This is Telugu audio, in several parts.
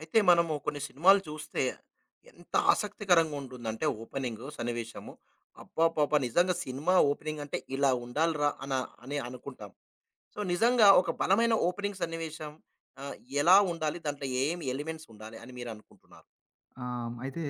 అయితే మనము కొన్ని సినిమాలు చూస్తే ఎంత ఆసక్తికరంగా ఉంటుందంటే ఓపెనింగు, సన్నివేశము. అబ్బబ్బబ్బా! నిజంగా సినిమా ఓపెనింగ్ అంటే ఇలా ఉండాలిరా అని అనుకుంటాం. సో, నిజంగా ఒక బలమైన ఓపెనింగ్ సన్నివేశం ఆహ్, ఎలా ఉండాలి? దాంట్లో ఏం ఎలిమెంట్స్ ఉండాలి అని మీరు అనుకుంటున్నారు? ఆ! అయితే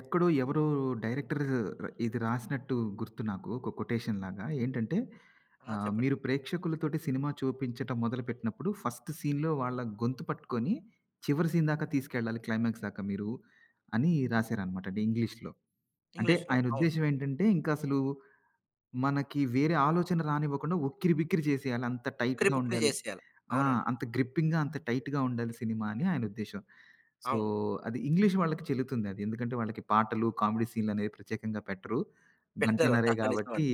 ఎక్కడో ఎవరో డైరెక్టర్ ఇది రాసినట్టు గుర్తు నాకు. ఒక కొటేషన్‌లాగా. ఏంటంటే ఆ! చెప్పండి. మీరు ప్రేక్షకులతోటి సినిమా చూపించటం మొదలుపెట్టినప్పుడు ఫస్ట్ సీన్‌లో వాళ్ళ గొంతు పట్టుకొని చివరి సీన్ దాకా తీసుకెళ్ళాలి క్లైమాక్స్ దాకా మీరు అని రాసారనమాట. అంటే ఇంగ్లీష్‌లో. అంటే ఇంగ్లీష్‌లో ఆయన అవును. ఉద్దేశ్యం ఏంటంటే ఇంకసలు మనకి వేరే ఆలోచన రానివ్వకుండా ఉక్కిరిబిక్కిరి చేసేయాలి. అంత ఉక్కిరి టైట్‌గా పుక్కిరి ఉండాలి. చేసేయాలి. ఆ! అవునండి. అంత గ్రిప్పింగ్‌గా, అంత టైట్‌గా ఉండాలి సినిమా అని ఆయన ఉద్దేశ్యం. సో, అవును. అది ఇంగ్లీష్ వాళ్ళకి చెల్లుతుందది. ఎందుకంటే వాళ్ళకి పాటలు, కామెడీ సీన్‌లనేవి ప్రత్యేకంగా పెట్టరు. పెట్టరు. గంటన్నరే గాబట్టి, నిజమండి.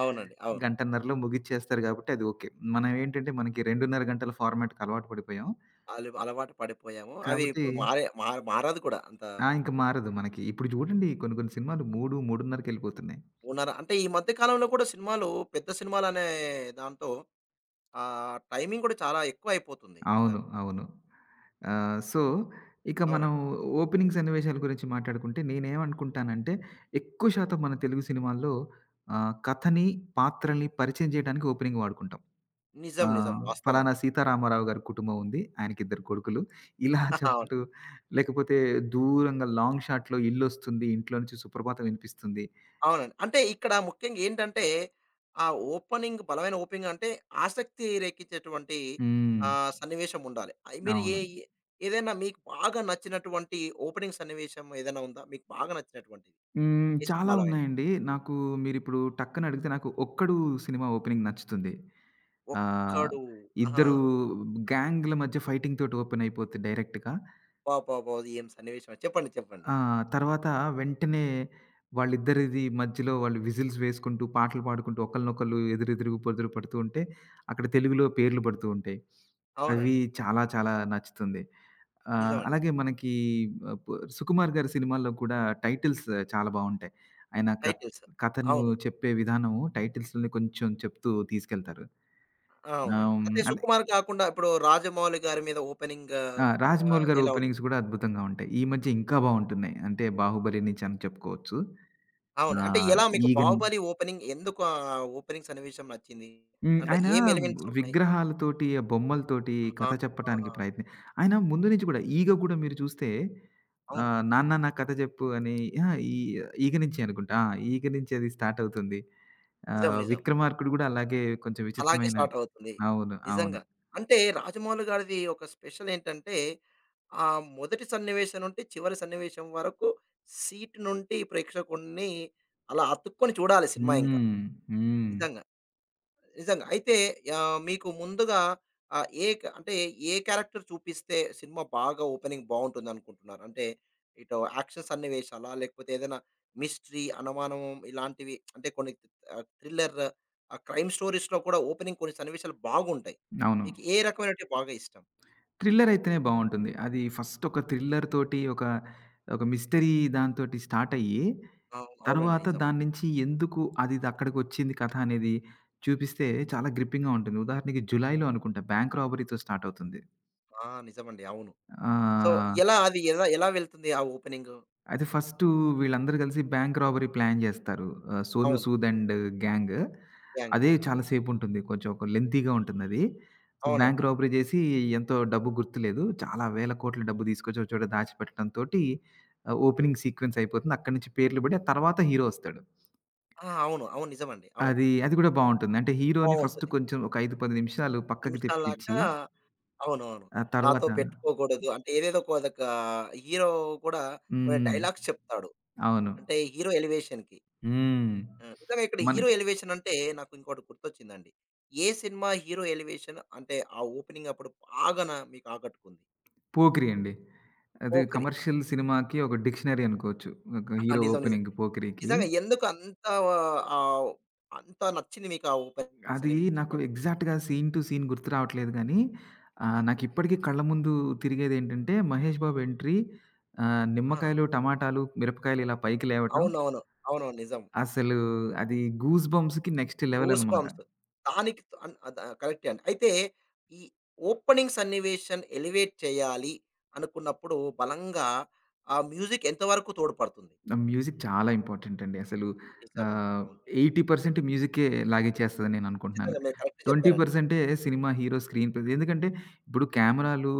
అవునండి. అవును. గంటన్నరలో ముగిచ్చేస్తారు గాబట్టి అది ఓకే. మనం ఏంటంటే మనకి 2:30 గంటల ఫార్మాట్‌కి అలవాటు పడిపోయాం. అలవాటు పడిపోయాము. అది కాబట్టి ఇప్పుడు మారే మార మారదు కూడా అంత. ఆ! ఇంక మారదు మనకి. ఇప్పుడు జూడండి కొన్ని కొన్ని సినిమాలు 3, 3:30కెళ్ళిపోతున్నాయి. 3:30 అంటే ఈ మధ్య కాలంలో కూడా సినిమాలు పెద్ద సినిమాలనే దాంతో టైమింగ్ కూడా చాలా ఎక్కువైపోతుంది. అవును. నిజంగా. అవును. సో, ఇక మనం అవునండి. ఓపెనింగ్ సన్నివేశాల గురించి మాట్లాడుకుంటే నేనేమనుకుంటానంటే, ఎక్కువ శాతం మన తెలుగు సినిమాల్లో కథని, పాత్రల్ని పరిచయం చేయడానికి ఓపెనింగ్ వాడుకుంటాం. నిజం. నిజం. ఆహ్, వాస్తవం ఫలానా అండి. సీతారామారావు గారి కుటుంబం ఉంది. ఆయనకిద్దరు కొడుకులు. ఇలా అవును. చెప్పటం లేకపోతే దూరంగా లాంగ్ షాట్‌లో ఇల్లొస్తుంది. ఇంట్లో నుంచి సుప్రభాతం వినిపిస్తుంది. అవునండి. అంటే ఇక్కడ ముఖ్యంగా ఏంటంటే ఆ ఓపెనింగ్ బలమైన ఓపెనింగ్ అంటే ఆసక్తి రేకిచ్చేటువంటి హ్మ్. సన్నివేశం ఉండాలి. మీరు ఏ అవును. ఏ ఏదైనా మీకు బాగా నచ్చినటువంటి ఓపెనింగ్ సన్నివేశం ఏదైనా ఉందా? మీకు బాగా నచ్చినటువంటిది హ్మ్. ఏ చాలా సినిమాలో అయినా? ఉన్నాయండి. నాకు మీరిప్పుడు టక్కన అడిగితే నాకు 'ఒక్కడు' సినిమా ఓపెనింగ్ నచ్చుతుంది. ఆహ్, 'ఒక్కడు.' ఆహా! ఇద్దరు గ్యాంగ్‌ల మధ్య ఫైటింగ్ తోటి ఓపెన్ అయిపోద్ది డైరెక్ట్‌గా. అబ్బబ్బబ్బో! ఏం సన్నివేశం చెప్పండి. చెప్పండి. ఆ! తర్వాత వెంటనే వాళ్ళిద్దరిది మధ్యలో వాళ్ళు విజిల్స్ వేసుకుంటూ, పాటలు పాడుకుంటూ ఒకళ్ళనొకళ్ళు ఎదురెదురుగా పొదురు పడుతూ ఉంటే, అక్కడ తెలుగులో పేర్లు పడుతూ ఉంటాయి. అవి అవునండి. చాలా చాలా నచ్చుతుంది. ఆ! నిజమండి. అలాగే మనకి ఆహ్, పు 'సుకుమార్' గారి సినిమాల్లో కూడా టైటిల్స్ చాలా బావుంటాయి. ఆయన టైటిల్స్. కథను అవును. చెప్పే విధానం టైటిల్స్‌లోనే కొంచెం చెప్తూ తీసుకెళ్తారు. ఆహ్, అవునండి. హ్మ్, అదే అలే సుకుమార్ కాకుండా ఇప్పుడు రాజమౌళి గారి మీద ఓపెనింగ్ ఆ! 'రాజమౌళి' గారి ఎలా ఓపెనింగ్స్ ఉంటుంది? కూడా అద్భుతంగా ఉంటాయి. ఈ మధ్య ఇంకా బావుంటున్నాయి. అంటే 'బాహుబలి' నుంచి అని చెప్పుకోవచ్చు. అవును. అంటే ఆహ్, ఎలా మీకు 'ఈగ' ను 'బాహుబలి' ఓపెనింగ్ ఎందుకు ఆ ఓపెనింగ్ సన్నివేశం నచ్చింది? హ్మ్. దాంట్లో ఆయన ఏం ఎలిమెంట్స్ ఉన్నాయి? విగ్రహాలతోటి, ఆ బొమ్మలతోటి ఆ! కథ చెప్పటానికి ప్రయత్ని ఆయన ముందు నుంచి కూడా ఈగ కూడా మీరు చూస్తే అవును. నాన్న నాకు కథ చెప్పు అని అహా! ఈగ నుంచే అనుకుంటా. ఆ! ఈగ నుంచి అది స్టార్ట్ అవుతుంది. నిజం. నిజం. 'విక్రమార్కుడు' కూడా అలాగే కొంచెం అలాగే విచిత్రమైన స్టార్ట్ అవుతుంది. అవును. అవును. నిజంగా. అంటే రాజమౌళి గారిది ఒక స్పెషల్ ఏంటంటే ఆ మొదటి సన్నివేశం నుండి చివరి సన్నివేశం వరకు సీట్ నుండి ప్రేక్షకుడిని అలా అతుక్కొని చూడాలి సినిమా ఇంకా. హ్మ్. హ్మ్. నిజంగా. నిజంగా. అయితే మీకు ముందుగా ఏ క అంటే ఏ క్యారెక్టర్ చూపిస్తే సినిమా బాగా ఓపెనింగ్ బావుంటుందనుకుంటున్నారు? అంటే ఇటు యాక్షన్ సన్నివేశాలా? లేకపోతే ఏదైనా మిస్టరీ, అనుమానం ఇలాంటివి అంటే కొన్ని థ్రిల్లర్ క్రైమ్ స్టోరీస్‌లో కూడా ఓపెనింగ్ కొన్ని సన్నివేశాలు బాగుంటాయి. అవును. మీకు ఏ రకమైనటివి బాగా ఇష్టం? థ్రిల్లర్ అయితేనే బావుంటుంది. అది ఫస్ట్ ఒక థ్రిల్లర్ తోటి ఒక, ఒక మిస్టరీ దాంతోటి స్టార్ట్ అయ్యి అవును. అవునండి. తర్వాత నిజం. దాన్నించి ఎందుకు అదిదక్కడికొచ్చింది కథ అనేది చూపిస్తే చాలా గ్రిప్పింగ్‌గా ఉంటుంది. ఉదాహరణకి 'జులైలో' అనుకుంటా బ్యాంక్ రాబరీతో స్టార్ట్ అవుతుంది. ఆ! నిజమండి. అవును. సో, ఆహ్, ఎలా అది ఎలా ఎలా వెళ్తుంది ఆ ఓపెనింగు? అయితే ఫస్టు వీళ్ళందరూ కలిసి బ్యాంక్ రాబరీ ప్లాన్ జేస్తారు. 'సోనూ అవును. Sood' and gang. గ్యాంగ్. అదే చాలా సేపుంటుంది. కొంచెం ఒక లెంతీగా ఉంటుందది. బ్యాంక్ అవునండి. రాబరీ జేసి ఎంతో డబ్బు గుర్తులేదు. చాలా వేల కోట్ల డబ్బు తీసుకొచ్చి ఒక చోట దాచిపెట్టడంతోటి ఓపెనింగ్ సీక్వెన్స్ అయిపోతుంది. అక్కడి నుంచి పేర్లు బడి ఆ తర్వాత హీరో ఒస్తాడు. ఆ! అవును. అవును. నిజమండి. అవును. అది గూడా బావుంటుంది. అంటే హీరోని ఫస్ట్ బావుంటుంది. కొంచెం ఒక 5, 10 నిమిషాలు పక్కకి తిప్పించి, నిమిషాల్లాగా అవునవును. ఆ తర్వాత నాతో పెట్టుకోకూడదు. అంటే ఏదేదో హీరో కూడా కొన్ని హ్మ్. డైలాగ్స్ చెప్తాడు. అవును. అంటే హీరో ఎలివేషన్‌కి. హ్మ్. ఆ! నిజంగా ఇక్కడ హీరో మనకి ఎలివేషన్ అంటే నాకు ఇంకోటి గుర్తొచ్చిందండి. ఏ సినిమా హీరో ఎలివేషన్ అంటే ఆ ఓపెనింగ్ అప్పుడు బాగా మీకు ఆకట్టుకుంది? 'పోకిరి' అండి. అది 'పోకిరి.' ఆ! కమర్షియల్ సినిమాకి ఒక డిక్షనరీ అనుకోవచ్చు. ఒక ఆ, హీరో నిజం. నిజం. ఓపెనింగ్ 'పోకిరికి.' నిజంగా ఎందుకు ఆహ్, అంత నచ్చింది మీకు ఆ ఓపెనింగ్స్ అది అనే విషయం నాకు చెప్పండి? ఎగ్జాక్ట్‌గా సీన్ టు సీన్ గుర్తు రావట్లేదు గానీ, ఆ! నాకిప్పటికీ కళ్ళ ముందు తిరిగేదేంటంటే, మహేష్ బాబు ఎంట్రీ, ఆ! నిమ్మకాయలు, టమాటాలు, మిరపకాయలు ఇలా పైకి లేవటం. అవునవును. అవునవును. నిజం. అసలు అది గూస్ బంప్స్‌కి నెక్స్ట్ లెవెల్ గూస్ అనమాట. బంప్స్. దానికి అన్ అద కరెక్టే అండి. అయితే ఈ ఓపెనింగ్ సన్నివేశం ఎలివేట్ చేయాలి అనుకున్నప్పుడు బలంగా ఆ మ్యూజిక్ ఎంత వరకు తోడ్పడుతుంది? ఆ! మ్యూజిక్ చాలా ఇంపార్టెంట్ అండి. అసలు నిజమండి. ఆహ్, అవును. 80% మ్యూజిక్కే లాగిచ్చేస్తదని నేననుకుంటున్నాను. ఖచ్చితంగా మీరు కరెక్ట్ చెప్పారండి. 20% సినిమా హీరో స్క్రీన్ ప్లే. ఎందుకంటే, ఇప్పుడు కెమెరాలు,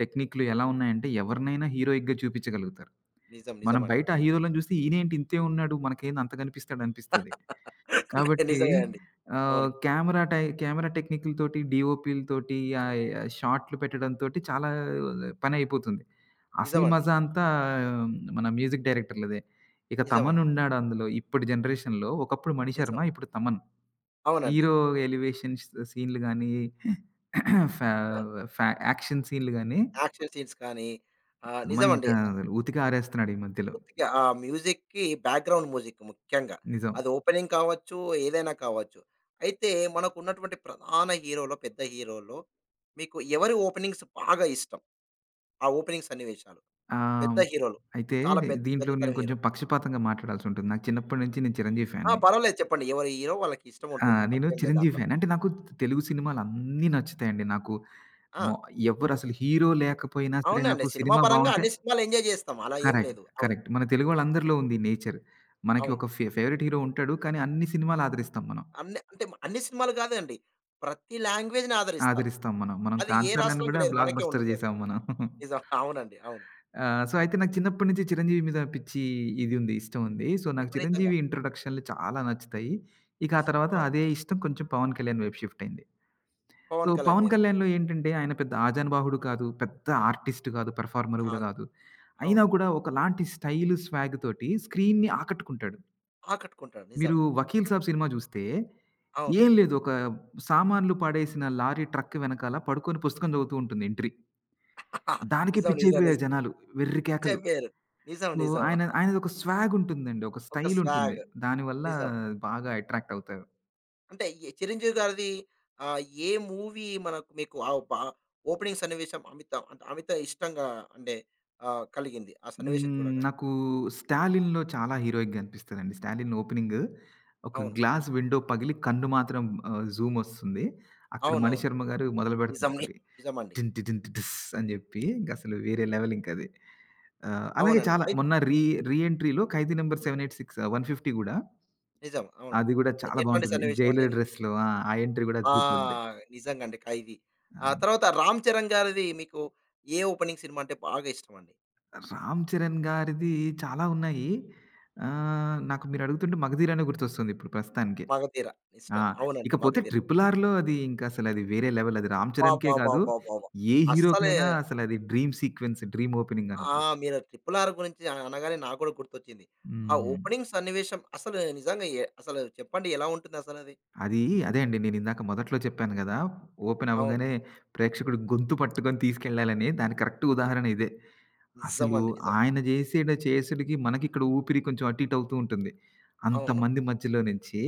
టెక్నిక్‌లు ఎలా ఉన్నాయంటే ఎవరినైనా హీరోయిక్‌గా చూపించగలుగుతారు. నిజం. మనం నిజమండి. బయట ఆ హీరోలను చూస్తే ఈనేంటి ఇంతే ఉన్నాడు మనకేంది అంత కనిపిస్తాడనిపిస్తది. కాబట్టి నిజమే అండి. ఆహ్, అవును. కెమెరా టై కెమెరా టెక్నిక్‌లతోటి, డీఓపీ‌లతోటి, షాట్‌లు పెట్టడంతోటి చాలా పనయిపోతుంది. అసలు నిజమండి. మజా అంతా మన మ్యూజిక్ డైరెక్టర్‌లదే. ఇక నిజమండి. తమనున్నాడు అందులో. ఇప్పటి జనరేషన్‌లో ఒకప్పుడు నిజం. 'మణిశర్మ' ఇప్పుడు తమన్. అవునండి. హీరో ఎలివేషన్స్ సీన్‌లు గాని, ఫ్యా ఆ! ఫ్యా యాక్షన్ సీన్‌లు గాని యాక్షన్ సీన్స్ కానీ నిజమండి. తమనింకా ఉతికి ఆరేస్తున్నాడు ఈ మధ్యలో. ఉత్తికే ఆ మ్యూజిక్‌కి బ్యాక్‌గ్రౌండ్ మ్యూజిక్ ముఖ్యంగా. నిజం. అది ఓపెనింగ్ కావచ్చు, ఏదైనా కావచ్చు. అయితే మనకున్నటువంటి ప్రధాన హీరోలో, పెద్ద హీరోలో మీకు ఎవరి ఓపెనింగ్స్ బాగా ఇష్టం? ఆ ఓపెనింగ్ సన్నివేశాలు. ఆహ్, పెద్ద హీరోలు. ఇప్పుడు అయితే చాలా పెద్ద పెద్ద దీంట్లో నేను తరం హీరో. కొంచెం పక్షపాతంగా మాట్లాడాల్సుంటుంది. నాకు చిన్నప్పటి నుంచి నేను 'చిరంజీవి' ఆ! ఫ్యాన్‌ని. పర్వాలేదు చెప్పండి. ఎవరి హీరో వాళ్ళకి ఇష్టం ఆ! ఉంటుంది. నేను తప్పేం లేదు 'చిరంజీవి' దాంట్లో. ఫ్యాన్. అంటే నాకు తెలుగు సినిమాలన్నీ నచ్చుతాయండి. నాకు ఆ! మొ ఎవ్వరసలు హీరో లేకపోయినా సరే అవునండి. నాకు సినిమా సినిమా పరంగా బావుంటే అన్ని సినిమాలు ఎంజాయ్ చేస్తాం. అలా ఏం కరెక్ట్. లేదు. అవును. కరెక్ట్. మన తెలుగోళ్ళందరిలో ఉంది ఈ నేచర్. మనకి అవును. ఒక ఫేవరెట్ హీరో ఉంటాడు. కానీ అన్ని సినిమాలు ఆదరిస్తాం మనం. అన్ని అంటే అన్ని సినిమాలు కాదండి. ప్రతి లాంగ్వేజ్‌ని ఆదరిస్తారు. ఆదరిస్తాం మనం. మనం అది ఏ 'కాంతారా'ని రాష్ట్రానికి గూడా లేదు. బ్లాక్ మనకే బస్టర్ ఉంటుందది. చేసాం మనం. నిజం. అవునండి. అవును. ఆ! సో, అయితే నాకు చిన్నప్పటి నుంచి 'చిరంజీవి' మీద పిచ్చి ఉంది. ఇష్టం ఉంది. సో, నాకు విపరీతంగా 'చిరంజీవి' ఇంట్రొడక్షన్‌లు చాలా నచ్చుతాయి. ఇక ఆ ఇష్టం. తర్వాత అవును. అదే ఇష్టం కొంచెం 'పవన్ కళ్యాణ్' వైపు షిఫ్ట్ అయింది. సో, పవన్ కళ్యాణ్ 'పవన్ మీదకి. కళ్యాణ్‌లో' ఏంటంటే ఆయన పెద్ద ఆజానుబాహుడు కాదు. పెద్ద ఆర్టిస్ట్ కాదు. పెర్ఫార్మర్ గూడా కాదు. గాదు. అయినా అవును. కూడా ఒకలాంటి స్టైలు, స్వాగ్ తోటి స్క్రీన్‌ని ఆకట్టుకుంటాడు. ఆకట్టుకుంటాడు. నిజం. మీరు 'వకీల్ సాబ్' సినిమా జూస్తే అవును. ఏం లేదు. ఒక సామాన్లు పడేసిన లారీ ట్రక్ వెనకాల పడుకొని పుస్తకం చదువుతూ ఉంటుంది ఎంట్రీ. దానికే నిజం. నిజం. పిచ్చయిపోయారు నిజం. జనాలు. వెర్రి కేకలు. పిచ్చయిపోయారు. నిజం. సో, నిజం. ఆయనదొక స్వాగ్ ఉంటుందండి. ఒక ఒక స్టైల్ ఉంటుంది. స్వాగ్. దానివల్ల నిజం. బాగా అట్రాక్ట్ అవుతారు. అంటే ఈ 'చిరంజీవి' గారిది ఆహ్, ఏ మూవీ మీకు ఓపెనింగ్ సన్నివేశం అమిత ఇష్టంగా అంటే కలిగింది ఆ సన్నివేశం హ్మ్. చూడగానే? నాకు 'స్టాలిన్‌లో' చాలా హీరోయిక్‌గా అనిపిస్తదండి. 'స్టాలిన్' ఓపెనింగ్ ఒక అవును. గ్లాస్ విండో పగిలి కన్ను మాత్రం జూమొస్తుంది. అక్కడ అవునవును. మణిశర్మ గారు మొదలుపెడతారు నిజం. ఒకటి. నిజమండి. టిన్ టిటిన్ టిటిస్ అని జెప్పి ఇంకసలు వేరే లెవెల్ ఇంకది. అలాగే అవునండి. చాలా మొన్న రీ రీ ఎంట్రీలో 'ఖైదీ నంబర్ 786' 150 గూడా నిజం. అవును. అది గూడా చాలా ఎట్లాంటి బావుంటది. సన్నివేశం అండి జైలర్ అది? డ్రెస్‌లో ఆ! ఆ ఎంట్రీ గూడా ఆ! అదిరిపోద్ది. నిజంగా అండి. ఖైదీ. ఆ అవును. తర్వాత 'రామ్ చరణ్' గారిది మీకు ఏ ఓపెనింగ్ సినిమా అంటే బాగా ఇష్టమండి? 'రామ్ చరణ్' గారిది చాలా ఉన్నాయి. నాకు మీరడుగుతుంటే 'మగధీర'నే గుర్తొస్తుంది ఇప్పుడు ప్రస్తుతానికి. 'మగధీర' ఇష్ట ఆ! అవునండి. ఇకపోతే 'మగధీర.' 'ట్రిపుల్ ఆర్‌లో' అది ఇంకా అసలది వేరే లెవెల్. అది 'రామ్ చరణ్‌కే' కాదు, అబ్బబ్బబ్బబ్బబ్బా! ఏ అస్సలే హీరోకైనా అసలది డ్రీమ్ సీక్వెన్స్, డ్రీమ్ ఓపెనింగ్ ఆ! అనుకోవచ్చు. మీరు 'ట్రిపుల్ ఆర్' గురించి అనగానే నాకు కూడా గుర్తొచ్చింది. ఆ హ్మ్. ఓపెనింగ్ సన్నివేశం అసలు నిజంగా అసలు చెప్పండి ఎలా ఉంటుందసలది? అది అదే అండి. నేనిందాక మొదట్లో చెప్పాను గదా! ఓపెన్ అవును. అవ్వగానే ప్రేక్షకుడు గొంతు పట్టుకొని తీసుకెళ్ళాలని. దానికి కరెక్ట్ ఉదాహరణ ఇదే. అసలు నిజమండి. నిజం. ఆయన చేసుడుకి మనకిక్కడ ఊపిరి కొంచెం అటు ఇటు అవుతూ ఉంటుంది. అవును. అంతమంది మధ్యలో నుంచి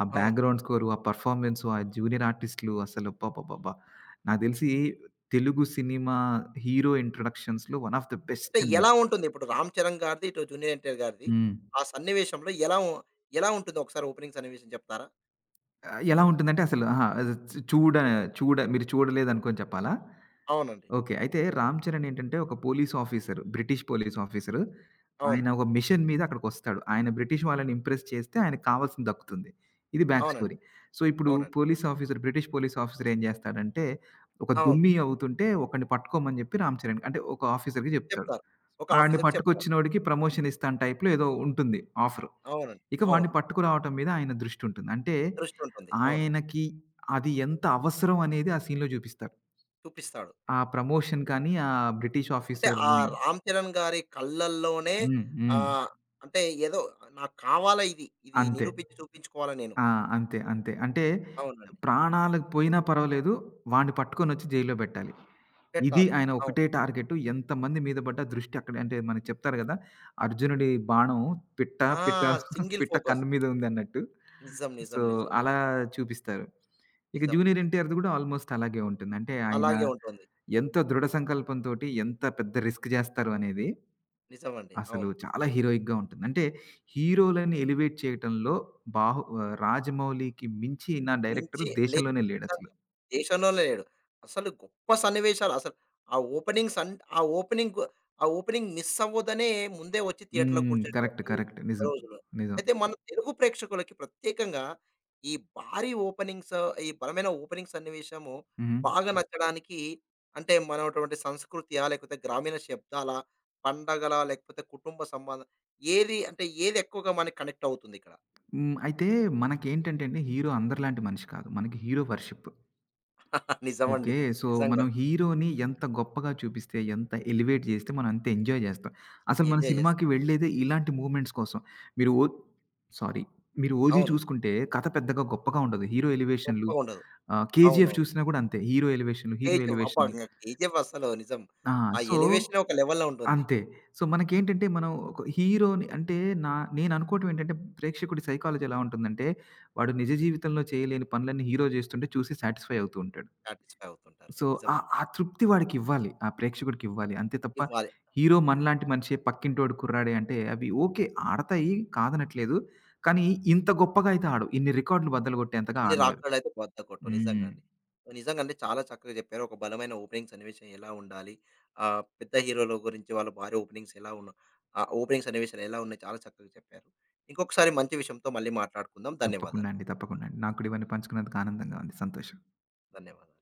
ఆ అవును. బ్యాక్‌గ్రౌండ్ స్కోరు, ఆ పెర్ఫార్మన్సు, ఆ జూనియర్ ఆర్టిస్టులు అసలు అబ్బబ్బబ్బబ్బా! నాకు తెలిసి తెలుగు సినిమా హీరో ఇంట్రొడక్షన్స్‌లో వన్ ఆఫ్ ది బెస్ట్ అంటే అండి. ఎలా ఉంటుంది? ఇప్పుడు 'రామ్ చరణ్' గారిది, ఇటు 'జూనియర్ ఎన్టీఆర్' గారిది హ్మ్. ఆ సన్నివేశంలో ఎలా ఉంటుందో ఒకసారి ఓపెనింగ్ సన్నివేశం చెప్తారా? ఎలా ఉంటుందంటే అసలు అహా! అది చ్ చూడ చూడ మీరు చూడలేదనుకోని చెప్పాలా? అవునండి. ఓకే. అయితే 'రామ్ చరణ్' ఏంటంటే ఒక police officer. British police officer. అవును. ఆయన ఒక మిషన్ మీద అక్కడికొస్తాడు. ఆయన బ్రిటిష్ వాళ్ళని ఇంప్రెస్ చేస్తే ఆయనకు కావాల్సింది దక్కుతుంది. ఇది బ్యాక్ అవునండి. స్టోరీ. సో, ఇప్పుడు అవునండి. Police officer British police officer ఏం చేస్తాడంటే, ఒక అవును. దుమ్మి అవుతుంటే ఒకడిని పట్టుకోమని చెప్పి 'రామ్ చరణ్' అంటే ఒక ఆఫీసర్‌కి చెప్తాడు. చెప్తారు. ఒక ఆడిని ఆఫీసర్‌కి చెప్తారు. పట్టుకొచ్చినోడికి ప్రమోషన్ ఇస్తాను టైప్‌లో ఏదో ఉంటుంది ఆఫరు. అవునండి. ఇక వాడిని అవును. పట్టుకురావటం మీద ఆయన దృష్టి ఉంటుంది. అంటే దృష్టుంటుంది. అవును. ఆయనకి అది ఎంత అవసరం అనేది ఆ సీన్‌లో చూపిస్తారు. చూపిస్తాడు. ఆ ప్రమోషన్ కానీ, ఆ బ్రిటిష్ అంటే ఆ ఆఫీసర్‌ని 'రామ్ చరణ్' గారి కళ్ళల్లోనే హ్మ్. హ్మ్. ఆహ్, అంటే ఏదో నాకు కావాలా ఇది. ఇది అంతే. నిరూపించి చూపించుకోవాలా నేను. ఆ! అంతే. అంటే అవునండి. ప్రాణాలు పోయినా పర్వాలేదు. వాడిని పట్టుకొనొచ్చి జైల్లో పెట్టాలి. ఇది పెట్టాలి. ఆయన అవును. ఒకటే టార్గెట్. ఎంతమంది మీద పడ్డా దృష్టి అక్కడే అంటే మనకు చెప్తారు కదా! అర్జునుడి బాణం పిట్ట, ఆ! పిట్ట, సింగిల్ పిట్ట ఫోకస్. కన్ను మీద ఉందన్నట్టు. నిజం. సో, నిజం. నిజం. అలా చూపిస్తారు. ఇక నిజం. జూనియర్ ఎన్టీఆర్‌ది కూడా ఆల్‌మోస్ట్ అలాగే ఉంటుంది. అంటే ఆయన అలాగే ఉంటుంది. ఎంత దృఢ సంకల్పంతోటి ఎంత పెద్ద రిస్క్ చేస్తారు అనేది నిజమండి. అసలు అవును. చాలా హీరోయిక్‌గా ఉంటుంది. అంటే హీరోలని ఎలివేట్ చేయటంలో 'రాజమౌళికి' మించిన డైరెక్టర్ మించి లేదు. దేశంలోనే లేడసలు. దేశంలోనే లేడు. అసలు గొప్ప సన్నివేశాలు అసలు ఆ ఓపెనింగ్ సన్ ఆ ఓపెనింగ్ ఆ ఓపెనింగ్ మిస్ అవ్వదనే ముందే వచ్చి థియేటర్‌లో హ్మ్. కరెక్ట్. కూర్చునేటువంటి కరెక్ట్. నిజం. రోజులు. నిజం. అయితే మన తెలుగు ప్రేక్షకులకి ప్రత్యేకంగా ఈ భారీ ఓపెనింగ్స్ ఈ బలమైన ఓపెనింగ్ సన్నివేశము హ్మ్. బాగా నచ్చడానికి అంటే మనటువంటి సంస్కృతియా? లేకపోతే గ్రామీణ శబ్దాలా? పండగలా? లేకపోతే కుటుంబ సంబంధం ఏది ఎక్కువగా మనకి కనెక్ట్ అవుతుంది ఇక్కడ? హ్మ్. అయితే మనకేంటంటే అండి హీరో అందరిలాంటి మనిషి కాదు. మనకి హీరో వర్షిప్. నిజమండి. ఓకే. సో, నిజంగా మనం హీరోని ఎంత గొప్పగా చూపిస్తే, ఎంత ఎలివేట్ చేస్తే మనం అంత ఎంజాయ్ చేస్తాం. అసలు మన ఎంజాయ్ చేస్తాం. సినిమాకి వెళ్ళేదే ఇలాంటి మూవ్‌మెంట్స్ కోసం. మీరు ఓ సారీ. మీరు 'ఓజీ' అవును. చూసుకుంటే కథ పెద్దగా గొప్పగా ఉండదు. హీరో ఎలివేషన్‌లు గొప్పగుండదు. 'కేజీఎఫ్' అవునవును. చూసినా కూడా అంతే. హీరో ఎలివేషన్‌లు, హీరో 'కేజీఎఫ్' అబ్బా! ఎలివేషన్‌లు. ఇంగ 'కేజీఎఫ్' అసలు నిజం. ఆ! ఆ సో, ఎలివేషనే ఒక లెవెల్‌లో ఉంటుంది. అంతే. సో, మనకేంటంటే మనం ఒక హీరోని అంటే నా నేను అనుకోవటం ఏంటంటే ప్రేక్షకుడి సైకాలజీ ఎలా ఉంటుందంటే, వాడు నిజ జీవితంలో చేయలేని పనులన్నీ హీరో చేస్తుంటే చూసి సాటిస్ఫై అవుతూ ఉంటాడు. సాటిస్ఫై అవుతుంటారు. సో, ఆ నిజమండి. ఆ తృప్తి వాడికివ్వాలి. ఆ ప్రేక్షకుడికివ్వాలి. అంతే తప్ప ఇవ్వాలి. హీరో మనలాంటి మనిషే, పక్కింటోడు కుర్రాడే అంటే అవి ఓకే. ఆడతాయి కాదనట్లేదు. కానీ ఇంత గొప్పగా అయితే ఆడవు. ఇన్ని రికార్డులు బద్దలు గొట్టేంతగా ఇన్ని ఆడవవి. రాక్కడైతే బద్దకొట్టవు. నిజంగా హ్మ్. అండి. నిజంగా అండి చాలా చక్కగా చెప్పారు. ఒక బలమైన ఓపెనింగ్ సన్నివేశం ఎలా ఉండాలి? పెద్ద హీరోల గురించి వాళ్ళ భారీ ఓపెనింగ్స్ ఓపెనింగ్ సన్నివేశాలు ఎలా ఉన్నాయి? చాలా చక్కగా చెప్పారు. ఇంకొకసారి మంచి విషయంతో మళ్ళీ మాట్లాడుకుందాం. తప్పకుండా ధన్యవాదాలు. అండి. తప్పకుండా అండి. నాకు కూడా ఇవన్నీ పంచుకున్నందుకు ఆనందంగా ఉంది. సంతోషం. ధన్యవాదాలు.